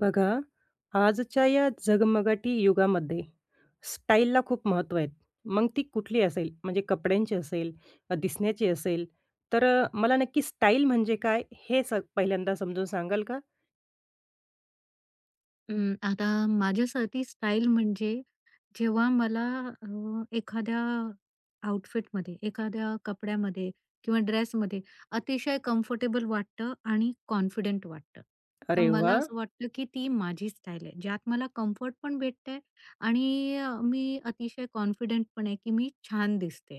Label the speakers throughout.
Speaker 1: बघा, आजच्या या झगमगाटी युगामध्ये स्टाईलला खूप महत्त्व आहे. मग ती कुठली असेल, म्हणजे कपड्यांची असेल, दिसण्याची असेल, तर मला नक्की स्टाईल म्हणजे काय हे स पहिल्यांदा समजून सांगाल का?
Speaker 2: आता माझ्यासाठी स्टाईल म्हणजे जेव्हा मला अ, एखाद्या आउटफिटमध्ये, एखाद्या कपड्यामध्ये किंवा ड्रेसमध्ये अतिशय कम्फर्टेबल वाटतं आणि कॉन्फिडंट वाटतं. तर हं.
Speaker 1: अरे
Speaker 2: मला
Speaker 1: वाह!
Speaker 2: असं वाटतं, की ती माझी स्टाईल आहे. ज्यात मला कम्फर्ट पण भेटतंय आणि मी अतिशय कॉन्फिडंट पण आहे, की मी छान दिसते.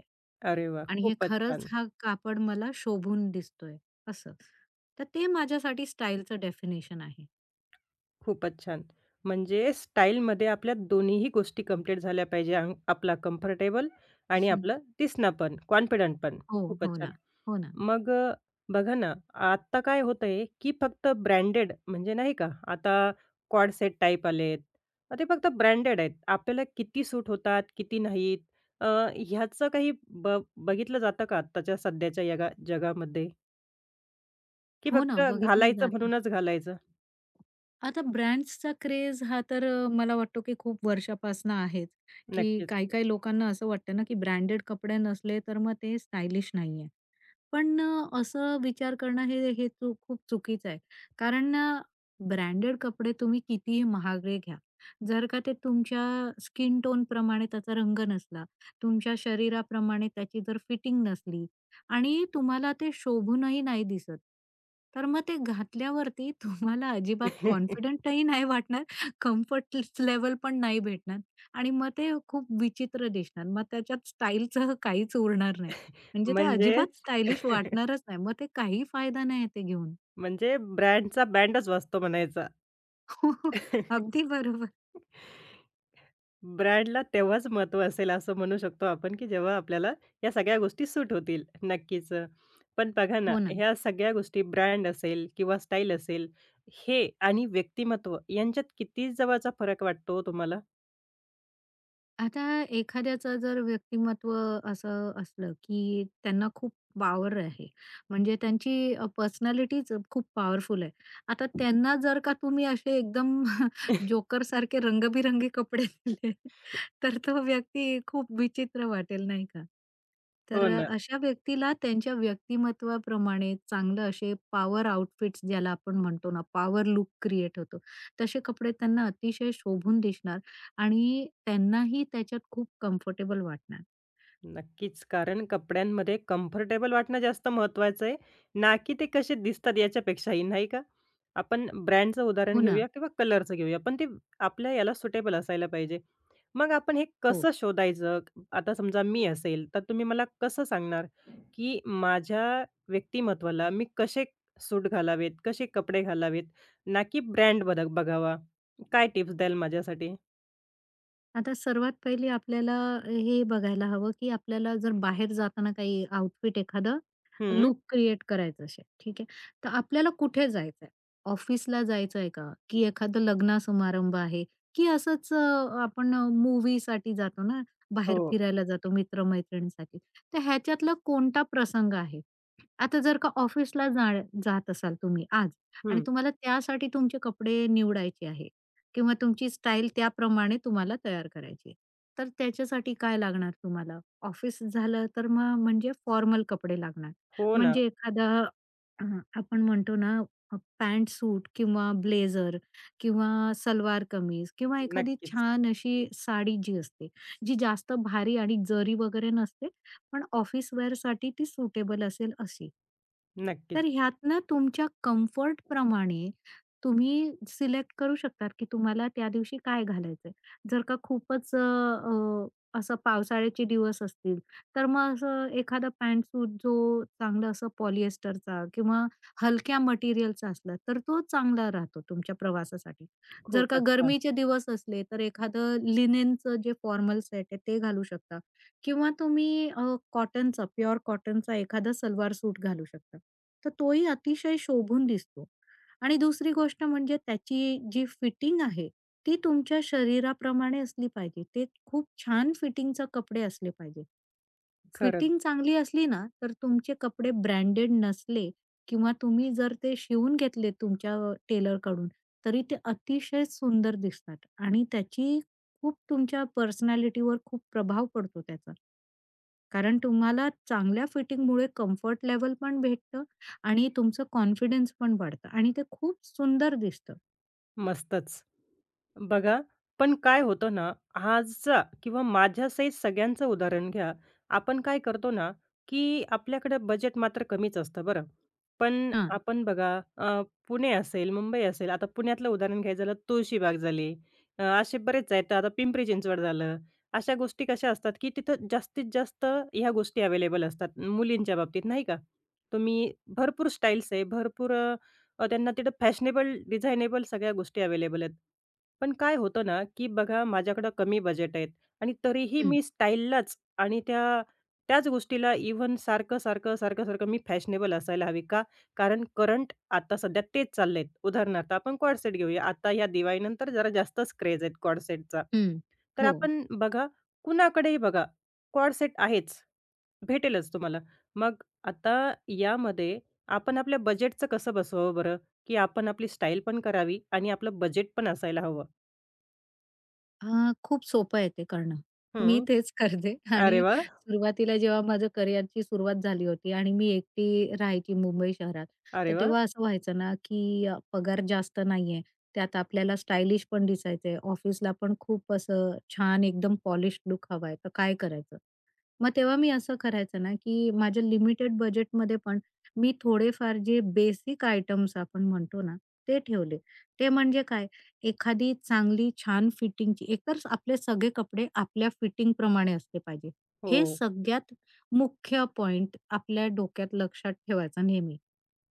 Speaker 1: अरे वाह!
Speaker 2: आणि हे
Speaker 1: खूपच
Speaker 2: खरंच
Speaker 1: छान,
Speaker 2: हा कापड मला शोभून दिसतोय असं. तर ते माझ्यासाठी स्टाईलचं डेफिनेशन आहे.
Speaker 1: खूपच छान. म्हणजे स्टाईलमध्ये आपल्या दोन्हीही गोष्टी कंप्लीट झाल्या पाहिजे. अंग आपला कम्फर्टेबल आणि आपलं दिसणं पण, कॉन्फिडंट पण.
Speaker 2: हो,
Speaker 1: खूपच
Speaker 2: हो
Speaker 1: छान.
Speaker 2: ना. हो ना.
Speaker 1: मग बघा ना, आत्ता काय होतंय, की फक्त ब्रँडेड म्हणजे नाही का, आता कॉर्ड सेट टाइप आलेत. ते फक्त ब्रँडेड आहेत. आपल्याला किती सूट होतात, किती नाहीत, अ, ह्याचं काही बघितलं जातं का आत्ताच्या सध्याच्या जगामध्ये? की
Speaker 2: हो ना,
Speaker 1: फक्त
Speaker 2: बघितलं
Speaker 1: घालायचं
Speaker 2: जातं.
Speaker 1: म्हणूनच घालायचं?
Speaker 2: आता ब्रँड्सचा क्रेझ हा तर मला वाटतो की खूप वर्षापासून आहेच, की
Speaker 1: नक्कीच.
Speaker 2: काही-काही लोकांना असं वाटतं ना, की ब्रँडेड कपडे नसले तर मग ते स्टायलिश नाहीये. पण असं विचार करणं हे हे चूक खूप चुकीचं आहे. कारण ब्रँडेड कपडे तुम्ही कितीही महागडे घ्या, जर का ते तुमच्या स्किन टोनप्रमाणे त्याचा रंग नसला, तुमच्या शरीराप्रमाणे त्याची जर फिटिंग नसली आणि तुम्हाला ते शोभूनही नाही दिसत. तर मग ते घातल्यावरती तुम्हाला अजिबात कॉन्फिडंटही नाही वाटणार, कम्फर्ट लेव्हल पण नाही भेटणार आणि मग ते खूप विचित्र दिसणार. मग त्याच्यात स्टाईलचं काहीच उरणार नाही. म्हणजे ते अजिबात
Speaker 1: म्हणजेच
Speaker 2: स्टायलिश वाटणारच नाही. मग ते काही फायदा नाही ते घेऊन.
Speaker 1: म्हणजे ब्रँडचा बँडच वाजतो म्हणायचा.
Speaker 2: अगदी बरोबर.
Speaker 1: ब्रँडला तेव्हाच महत्त्व असेल असं म्हणू शकतो आपण, की जेव्हा आपल्याला या सगळ्या गोष्टी सूट होतील. नक्कीच. पण बघा ना,
Speaker 2: हो ना.
Speaker 1: ह्या सगळ्या गोष्टी ब्रँड असेल किंवा स्टाईल असेल, हे आणि व्यक्तिमत्व यांच्यात किती जवळचा फरक वाटतो हो तुम्हाला?
Speaker 2: आता एखाद्याचं जर व्यक्तिमत्व असं असलं, की त्यांना खूप पॉवर आहे. म्हणजे त्यांची पर्सनॅलिटीच खूप पॉवरफुल आहे. आता त्यांना जर का तुम्ही असे एकदम जोकर जोकरसारखे रंगबिरंगी कपडे दिले, तर तो व्यक्ती खूप विचित्र वाटेल, नाही का? तर
Speaker 1: हो ना.
Speaker 2: अशा व्यक्तीला त्यांच्या व्यक्तिमत्वाप्रमाणे चांगलं असे पॉवर आउटफिट्स ज्याला आपण म्हणतो ना, पॉवर लूक क्रिएट होतो. तसे कपडे त्यांना अतिशय शोभून दिसणार आणि त्यांनाही त्याच्यात खूप कम्फर्टेबल वाटणार.
Speaker 1: नक्कीच. कारण कपड्यांमध्ये कम्फर्टेबल वाटणं जास्त महत्त्वाचं आहे, ना की ते कसे दिसतात याच्यापेक्षाही, नाही का? आपण ब्रँडचं
Speaker 2: हो
Speaker 1: उदाहरण
Speaker 2: ना.
Speaker 1: घेऊया किंवा कलरचं घेऊया, पण ते आपल्या याला सुटेबल असायला पाहिजे. मग आपण हे
Speaker 2: हो.
Speaker 1: कसं शोधायचं? आता समजा मी असेल, तर तुम्ही मला कसं सांगणार, की माझ्या व्यक्तिमत्त्वाला मी कसे सूट घालावेत, कसे कपडे घालावेत, ना की ब्रँड बदक बघावा? काय टिप्स द्याल माझ्यासाठी?
Speaker 2: आता सर्वात पहिले आपल्याला हे बघायला हवं, की आपल्याला जर बाहेर जाताना काही आउटफिट एखादं
Speaker 1: हं.
Speaker 2: लूक क्रिएट करायचं असेल, ठीक आहे. तर आपल्याला कुठे जायचंय? ऑफिसला जायचंय का? की एखादं लग्न समारंभ आहे? की असंच आपण मूव्हीसाठी जातो ना, बाहेर
Speaker 1: हो.
Speaker 2: फिरायला जातो मित्र तर ह्याच्यातला कोणता प्रसंग आहे? आता जर का ऑफिसला जा जात असाल तुम्ही आज आणि
Speaker 1: हं.
Speaker 2: तुम्हाला त्यासाठी तुमचे कपडे निवडायचे आहे, किंवा तुमची स्टाईल त्याप्रमाणे तुम्हाला तयार करायची आहे. तर त्याच्यासाठी काय लागणार तुम्हाला? ऑफिस झालं तर मग म्हणजे फॉर्मल कपडे लागणार.
Speaker 1: हो ना.
Speaker 2: म्हणजे एखादा अ, आपण म्हणतो ना पॅन्ट सूट किंवा ब्लेझर किंवा सलवार कमीज किंवा एखादी
Speaker 1: नक्कीच.
Speaker 2: छान अशी साडी जी असते, जी जास्त भारी आणि जरी वगैरे नसते, पण ऑफिस वेअरसाठी ती सुटेबल असेल अशी.
Speaker 1: नक्कीच.
Speaker 2: तर ह्यातनं तुमच्या कम्फर्टप्रमाणे तुम्ही सिलेक्ट करू शकतात, की तुम्हाला त्या दिवशी काय घालायचंय. जर का खूपच अ, अ, असं पावसाळ्याचे दिवस असतील, तर मग असं एखादा पॅन्ट सूट जो चांगलं असं पॉलिएस्टरचा किंवा हलक्या मटेरियलचा असला, तर तो चांगला राहतो तुमच्या प्रवासासाठी. जर का
Speaker 1: खूपच छान.
Speaker 2: गरमीचे दिवस असले, तर एखादं लिनेनचं जे फॉर्मल सेट आहे ते घालू शकता किंवा तुम्ही कॉटनचा, प्युअर कॉटनचा एखादा सलवार सूट घालू शकता. तर तोही अतिशय शोभून दिसतो. आणि दुसरी गोष्ट म्हणजे त्याची जी फिटिंग आहे, ती तुमच्या शरीराप्रमाणे असली पाहिजे. ते खूप छान फिटिंगचे कपडे असले पाहिजे.
Speaker 1: खरंच
Speaker 2: फिटिंग चांगली असली ना, तर तुमचे कपडे ब्रँडेड नसले किंवा तुम्ही जर ते शिवून घेतले तुमच्या टेलरकडून, तरी ते अतिशय सुंदर दिसतात आणि त्याची खूप तुमच्या पर्सनॅलिटीवर खूप प्रभाव पडतो त्याचा. कारण तुम्हाला चांगल्या फिटिंगमुळे कम्फर्ट लेवल पण भेटतं आणि तुमचं कॉन्फिडन्स पण वाढतं आणि ते खूप सुंदर दिसतं.
Speaker 1: मस्तच. बघा, पण काय होतं ना, आजचा किंवा माझ्या सहित सगळ्यांचं उदाहरण घ्या. आपण काय करतो ना, की आपल्याकडे बजेट मात्र कमीच असतं बरं. पण
Speaker 2: हां.
Speaker 1: आपण बघा अ, पुणे असेल, मुंबई असेल, आता पुण्यातलं उदाहरण घ्यायचं झालं तुळशीबाग झाली, असे बरेच आहेत. आता पिंपरी चिंचवड झालं. अशा गोष्टी कशा असतात, की तिथं जास्तीत जास्त ह्या गोष्टी अवेलेबल असतात मुलींच्या बाबतीत नाही का? तुम्ही भरपूर स्टाईल्स आहे, भरपूर त्यांना तिथं फॅशनेबल, डिझायनेबल सगळ्या गोष्टी अवेलेबल आहेत. पण काय होतं ना, की बघा माझ्याकडं कमी बजेट आहेत आणि तरीही
Speaker 2: हं,
Speaker 1: मी स्टाईललाच आणि त्याच गोष्टीला इव्हन सारखं, सारखं, सारखं, सारखं मी फॅशनेबल असायला हवी का? कारण करंट आता सध्या तेच चाललेत. उदाहरणार्थ आपण कॉर्ड घेऊया. आता या दिवाळीनंतर जरा जास्तच क्रेज आहेत कॉर्ड
Speaker 2: हं.
Speaker 1: तर
Speaker 2: हो.
Speaker 1: आपण बघा, कुणाकडेही बघा, कॉर्ड आहेच. भेटेलच तुम्हाला. मग आता यामध्ये आपण आपल्या बजेटचं कसं बसवावं बरं? की आपण आपली स्टाईल पण करावी आणि आपलं बजेट पण असायला हवं.
Speaker 2: खूप सोपं आहे ते करणं. मी
Speaker 1: हं.
Speaker 2: तेच करते आणि
Speaker 1: अरे वाह!
Speaker 2: सुरुवातीला जेव्हा माझं करिअरची सुरुवात झाली होती आणि मी एकटी राहायची मुंबई शहरात,
Speaker 1: अरे
Speaker 2: तर
Speaker 1: वाह!
Speaker 2: तेव्हा असं व्हायचं ना, की पगार जास्त नाहीये. त्यात आपल्याला स्टायलिश पण दिसायचंय. ऑफिसला पण खूप असं छान एकदम पॉलिश्ड लूक हवाय, तर काय करायचं? मग तेव्हा मी असं करायचं ना, की माझ्या लिमिटेड बजेटमध्ये पण मी थोडेफार जे बेसिक आयटम्स आपण म्हणतो ना, ते ठेवले. ते म्हणजे काय, एखादी चांगली छान फिटिंगची एकतर आपले सगळे कपडे आपल्या फिटिंग प्रमाणे असले पाहिजे. हे
Speaker 1: हो.
Speaker 2: सगळ्यात मुख्य पॉइंट आपल्या डोक्यात लक्षात ठेवायचा नेहमी.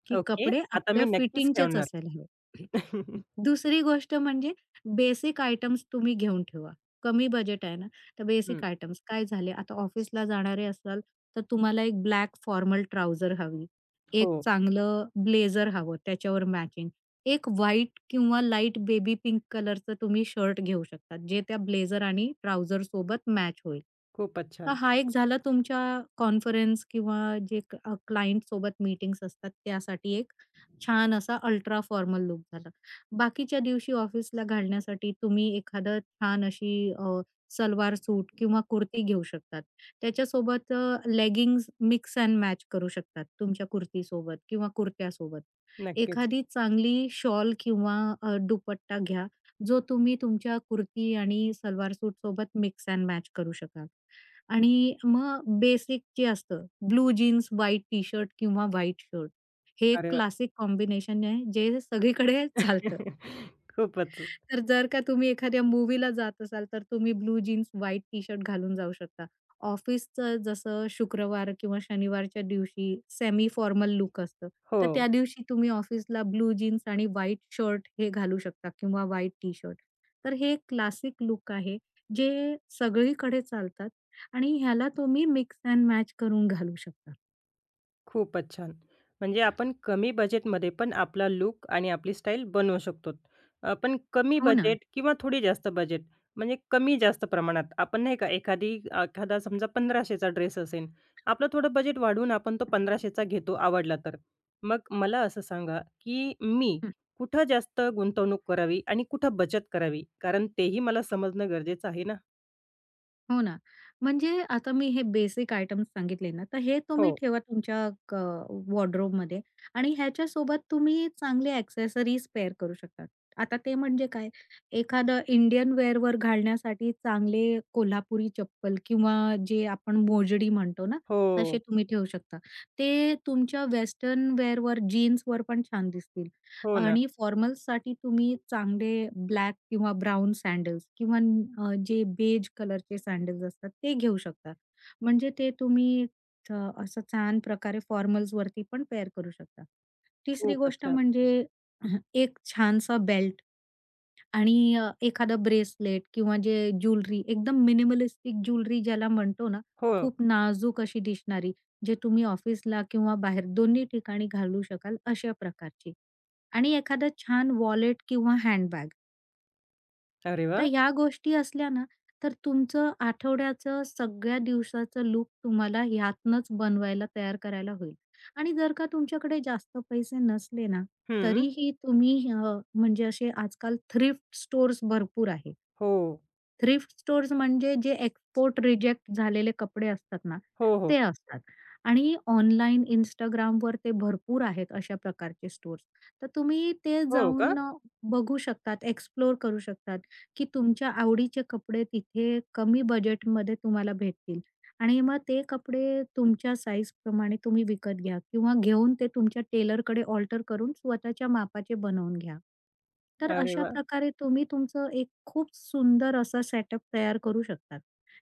Speaker 2: की
Speaker 1: ओके.
Speaker 2: कपडे
Speaker 1: आता मी
Speaker 2: आपल्या
Speaker 1: नक्कीच
Speaker 2: फिटिंगचेच
Speaker 1: ठेवणार.
Speaker 2: असायला हवे. दुसरी गोष्ट म्हणजे बेसिक आयटम्स तुम्ही घेऊन ठेवा. कमी बजेट आहे ना, तर
Speaker 1: हं.
Speaker 2: बेसिक आयटम्स काय झाले, आता ऑफिसला जाणारे असाल, तर तुम्हाला एक ब्लॅक फॉर्मल ट्राउजर हवी,
Speaker 1: हो.
Speaker 2: एक चांगलं ब्लेझर हवं त्याच्यावर मॅचिंग, एक व्हाईट किंवा लाईट बेबी पिंक कलरचं तुम्ही शर्ट घेऊ शकता, जे त्या ब्लेझर आणि ट्राउझरसोबत मॅच होईल.
Speaker 1: खूपच
Speaker 2: तर
Speaker 1: छान.
Speaker 2: हा एक झाला तुमच्या कॉन्फरन्स किंवा क्लायंट सोबत मीटिंग्स असतात त्यासाठी एक छान असा अल्ट्रा फॉर्मल लूक झाला. बाकीच्या दिवशी ऑफिसला घालण्यासाठी तुम्ही एखादं छान अशी अ, सलवार सूट किंवा कुर्ती घेऊ शकतात. त्याच्यासोबत मिक्स अँड मॅच करू शकतात तुमच्या कुर्तीसोबत किंवा कुर्त्यासोबत.
Speaker 1: नक्कीच.
Speaker 2: एखादी चांगली शॉल किंवा दुपट्टा घ्या, जो तुम्ही तुमच्या कुर्ती आणि सलवार सूटसोबत मिक्स अँड मॅच करू शकाल. आणि मग बेसिक जे असतं ब्लू जीन्स, व्हाईट टी-शर्ट किंवा व्हाईट शर्ट हे एक
Speaker 1: अरे वाह!
Speaker 2: क्लासिक कॉम्बिनेशन आहे जे सगळीकडे चालतं.
Speaker 1: खूपच.
Speaker 2: तर जर का तुम्ही एखाद्या मूव्हीला जात असाल, तर तुम्ही ब्लू जीन्स, व्हाईट टी-शर्ट घालून जाऊ शकता. ऑफिसचं जसं शुक्रवार किंवा शनिवारच्या दिवशी सेमी फॉर्मल लुक असतं, तर
Speaker 1: हो.
Speaker 2: त्या दिवशी तुम्ही ऑफिसला ब्लू जीन्स आणि व्हाईट शर्ट हे घालू शकता किंवा व्हाईट टी-शर्ट. तर हे क्लासिक लूक आहे, जे सगळीकडे चालतात आणि ह्याला तुम्ही मिक्स एंड मॅच करून घालू शकता.
Speaker 1: खूपच छान. म्हणजे आपण कमी बजेटमध्ये पण आपला लूक आणि आपली स्टाईल बनवू शकतो. पण कमी
Speaker 2: हो ना.
Speaker 1: बजेट किंवा थोडी जास्त बजेट म्हणजे कमी-जास्त प्रमाणात. आपण नाही का एखादी समजा 1500चा ड्रेस असेल, आपलं थोडं बजेट वाढवून आपण तो 1500चा घेतो आवडला तर. मग मला असं सांगा, की मी कुठं जास्त गुंतवणूक करावी आणि कुठं बचत करावी? कारण तेही मला समजणं गरजेचं आहे ना.
Speaker 2: हो ना. म्हणजे आता मी हे बेसिक आयटम्स सांगितले ना, तर हे
Speaker 1: हो.
Speaker 2: तुम्ही ठेवा तुमच्या वॉर्डरोबमध्ये आणि ह्याच्यासोबत तुम्ही चांगले एक्सेसरीज पेअर करू शकता. आता ते म्हणजे काय? एखादं इंडियन वेअरवर घालण्यासाठी चांगले कोल्हापुरी चप्पल किंवा जे आपण मोजडी म्हणतो ना, तसे
Speaker 1: हो.
Speaker 2: तुम्ही ठेवू शकता. ते तुमच्या वेस्टर्न वेअरवर, जीन्सवर पण छान दिसतील.
Speaker 1: हो ना.
Speaker 2: आणि फॉर्मल्ससाठी तुम्ही चांगले ब्लॅक किंवा ब्राउन सँडल्स किंवा जे बेज कलरचे सँडल्स असतात ते घेऊ शकता. म्हणजे ते तुम्ही अ, असं छान प्रकारे फॉर्मल्सवरती पण पेअर करू शकता. तिसरी
Speaker 1: खूपच
Speaker 2: गोष्ट
Speaker 1: छान.
Speaker 2: म्हणजे एक छानसा बेल्ट आणि एखादा ब्रेसलेट किंवा जे ज्वेलरी एकदम मिनिमलिस्टिक ज्वेलरी ज्याला म्हणतो ना,
Speaker 1: हो.
Speaker 2: खूप नाजूक अशी दिसणारी, जे तुम्ही ऑफिसला किंवा बाहेर दोन्ही ठिकाणी घालू शकाल अशा प्रकारची. आणि एखादं छान वॉलेट किंवा हँडबॅग.
Speaker 1: अरे
Speaker 2: तर
Speaker 1: वाह!
Speaker 2: ह्या गोष्टी असल्या ना, तर तुमचं आठवड्याचं सगळ्या दिवसाचं लूक तुम्हाला ह्यातनंच बनवायला तयार करायला होईल. आणि जर का तुमच्याकडे जास्त पैसे नसले ना,
Speaker 1: हं.
Speaker 2: तरीही तुम्ही म्हणजे असे आजकाल थ्रिफ्ट स्टोअर्स भरपूर आहे.
Speaker 1: हो.
Speaker 2: थ्रिफ्ट स्टोअर्स म्हणजे जे एक्सपोर्ट रिजेक्ट झालेले कपडे असतात ना,
Speaker 1: हो, हो.
Speaker 2: ते असतात. आणि ऑनलाईन Instagramवर ते भरपूर आहेत अशा प्रकारचे स्टोअर्स. तर तुम्ही ते
Speaker 1: हो का?
Speaker 2: जाऊन बघू शकतात, एक्सप्लोर करू शकतात, की तुमच्या आवडीचे कपडे तिथे कमी बजेटमध्ये तुम्हाला भेटतील. आणि मग ते कपडे तुमच्या साईजप्रमाणे तुम्ही विकत घ्या किंवा घेऊन ते तुमच्या टेलरकडे ऑल्टर करून स्वतःच्या मापाचे बनवून घ्या. तर
Speaker 1: अरे
Speaker 2: अशा
Speaker 1: वाह!
Speaker 2: प्रकारे तुम्ही तुमचं एक खूप सुंदर असा सेटअप तयार करू शकतात.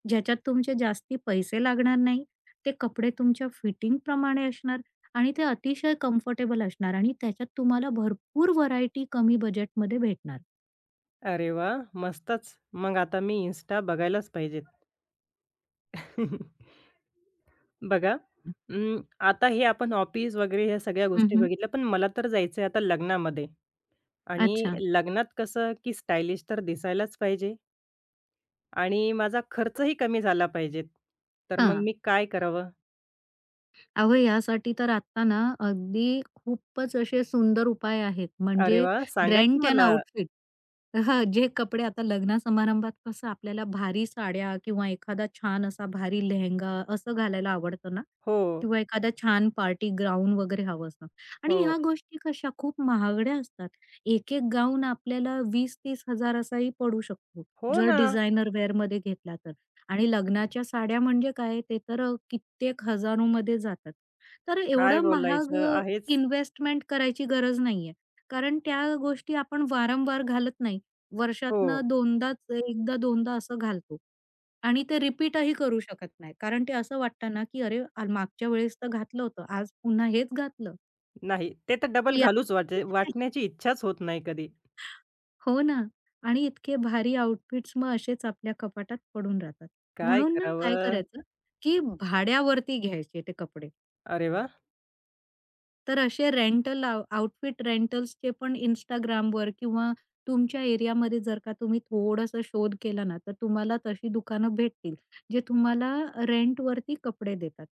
Speaker 2: ज्याच्यात तुमचे जास्ती पैसे लागणार नाही. ते कपडे तुमच्या फिटिंगप्रमाणे असणार आणि ते अतिशय कम्फर्टेबल असणार आणि त्याच्यात तुम्हाला भरपूर व्हरायटी कमी बजेटमध्ये भेटणार.
Speaker 1: अरे वाह! मस्तच. मग आता मी Insta बघायलाच पाहिजेत. बघा अं, आता हे आपण ऑफिस वगैरे ह्या सगळ्या गोष्टी
Speaker 2: हं,
Speaker 1: बघितल्या, पण मला तर जायचं आहे आता लग्नामध्ये आणि
Speaker 2: अच्छा.
Speaker 1: लग्नात कसं की स्टायलिश तर दिसायलाच पाहिजे आणि माझा खर्चही कमी झाला पाहिजे. तर मग
Speaker 2: हां.
Speaker 1: मी काय करावं?
Speaker 2: अहो, यासाठी तर आत्ता ना अगदी खूपच असे सुंदर उपाय आहेत.
Speaker 1: अरे
Speaker 2: म्हणजे
Speaker 1: वाह! सांगा की
Speaker 2: रेंट एन
Speaker 1: मला.
Speaker 2: आउटफिट. हां, जे कपडे आता लग्न-समारंभात कसं आपल्याला भारी साड्या किंवा एखादा छान असा भारी लेहेंगा असं घालायला आवडतं ना
Speaker 1: हो,
Speaker 2: किंवा एखादा छान पार्टी गाऊन वगैरे हवं असतं आणि
Speaker 1: हो.
Speaker 2: ह्या गोष्टी कशा खूप महागड्या असतात. एक-एक गाऊन आपल्याला 20,000-30,000 असाही पडू शकतो,
Speaker 1: हो
Speaker 2: जर
Speaker 1: ना.
Speaker 2: डिझायनर वेअरमध्ये घेतला तर. आणि लग्नाच्या साड्या म्हणजे काय ते तर कित्येक हजारोमध्ये जातात. तर
Speaker 1: काय
Speaker 2: एवढं महाग
Speaker 1: बोलायचं आहेच.
Speaker 2: इन्व्हेस्टमेंट करायची गरज नाहीये. कारण त्या गोष्टी आपण वारंवार घालत नाही.
Speaker 1: हो.
Speaker 2: वर्षातनं 2दाच, एकदा 2दा असं घालतो आणि ते रिपीटही करू शकत नाही. कारण ते असं वाटतं ना, की अरे, मागच्या वेळेस तर घातलं होतं, आज पुन्हा हेच घातलं.
Speaker 1: नाही. ते तर डबल
Speaker 2: या
Speaker 1: घालूच वाटण्याची इच्छाच होत नाही कधी.
Speaker 2: हो ना. आणि इतके भारी आउटफिट्स मग असेच आपल्या कपाटात पडून राहतात.
Speaker 1: काय
Speaker 2: म्हणून ना काय
Speaker 1: करावं?
Speaker 2: करायचं, की हं. भाड्यावरती घ्यायचे ते कपडे.
Speaker 1: अरे वाह!
Speaker 2: तर असे रेंटल आउटफिट रेंटल्सचे पण Instagramवर किंवा तुमच्या एरियामध्ये जर का तुम्ही थोडासा शोध केला ना, तर तुम्हाला तशी दुकानं भेटतील, जे तुम्हाला रेंटवरती कपडे देतात.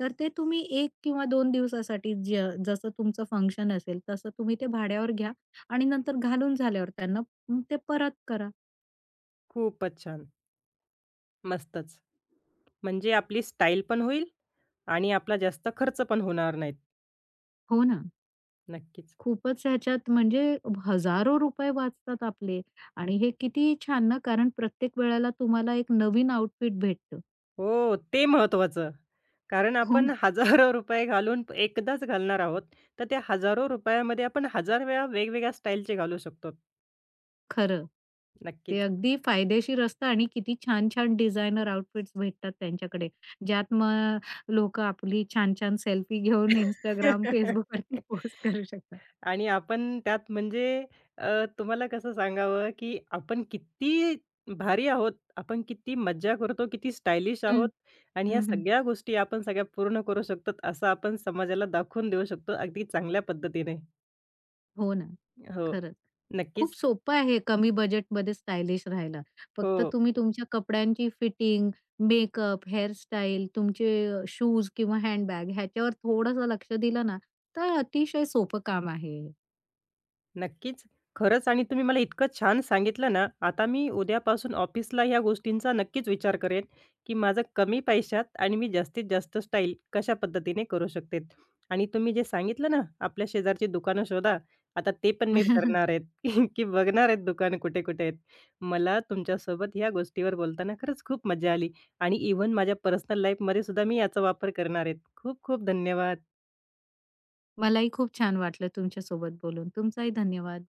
Speaker 2: तर ते तुम्ही 1 किंवा 2 दिवसासाठी जसं तुमचं फंक्शन असेल, तसं तुम्ही ते भाड्यावर घ्या आणि नंतर घालून झाल्यावर त्यांना ते परत करा.
Speaker 1: खूपच छान. मस्तच. म्हणजे आपली स्टाईल पण होईल आणि आपला जास्त खर्च पण होणार नाहीत.
Speaker 2: हो ना.
Speaker 1: नक्कीच.
Speaker 2: खूपच ह्याच्यात म्हणजे हजारो रुपये वाचतात आपले आणि हे किती छान ना, कारण प्रत्येक वेळेला तुम्हाला एक नवीन आउटफिट भेटतं.
Speaker 1: हो, ते महत्त्वाचं. कारण
Speaker 2: हो
Speaker 1: आपण
Speaker 2: ना.
Speaker 1: हजारो रुपये घालून एकदाच घालणार आहोत. तर त्या हजारो रुपयामध्ये आपण हजार वेळा वेगवेगळ्या स्टाईलचे घालू शकतो.
Speaker 2: खरं. ते
Speaker 1: नक्कीच.
Speaker 2: अगदी फायदेशीर असतं आणि किती छान-छान डिझायनर आउटफिट्स भेटतात त्यांच्याकडे. ज्यात मग लोकं आपली छान-छान सेल्फी घेऊन Instagram, Facebookवरती पोस्ट करू शकतात.
Speaker 1: आणि आपण त्यात म्हणजे तुम्हाला कसं सांगावं, की आपण किती भारी आहोत, आपण किती मज्जा करतो, किती स्टायलिश
Speaker 2: हं.
Speaker 1: आहोत आणि ह्या
Speaker 2: हं, हं.
Speaker 1: सगळ्या गोष्टी आपण सगळ्या पूर्ण करू शकतो, असं आपण समाजाला दाखवून देऊ शकतो अगदी चांगल्या पद्धतीने.
Speaker 2: हो ना.
Speaker 1: हो,
Speaker 2: खरंच. खूप
Speaker 1: नक्कीच.
Speaker 2: सोपं आहे कमी बजेटमध्ये स्टायलिश राहायला. फक्त
Speaker 1: हो.
Speaker 2: तुम्ही तुमच्या कपड्यांची फिटिंग, मेकअप, हेअरस्टाईल, तुमचे शूज किंवा हँडबॅग ह्याच्यावर थोडंसं लक्ष दिलं ना, तर अतिशय सोपं काम आहे हे.
Speaker 1: नक्कीच. खरंच आणि तुम्ही मला इतकं छान सांगितलं ना, आता मी उद्यापासून ऑफिसला ह्या गोष्टींचा नक्कीच विचार करेन, की माझं कमी पैशात आणि मी जास्तीत जास्त स्टाईल कशा पद्धतीने करू शकते. आणि तुम्ही जे सांगितलं ना, आपल्या शेजारची दुकानं शोधा, आता ते पण मी करणार आहेत, की बघणार आहेत दुकानं कुठे-कुठे आहेत. मला तुमच्यासोबत ह्या गोष्टीवर बोलताना खरंच खूप मजा आली आणि इव्हन माझ्या पर्सनल लाईफमध्ये सुद्धा मी याचा वापर करणार आहेत. खूप-खूप धन्यवाद.
Speaker 2: मलाही खूप छान वाटलं तुमच्यासोबत बोलून. तुमचाही धन्यवाद.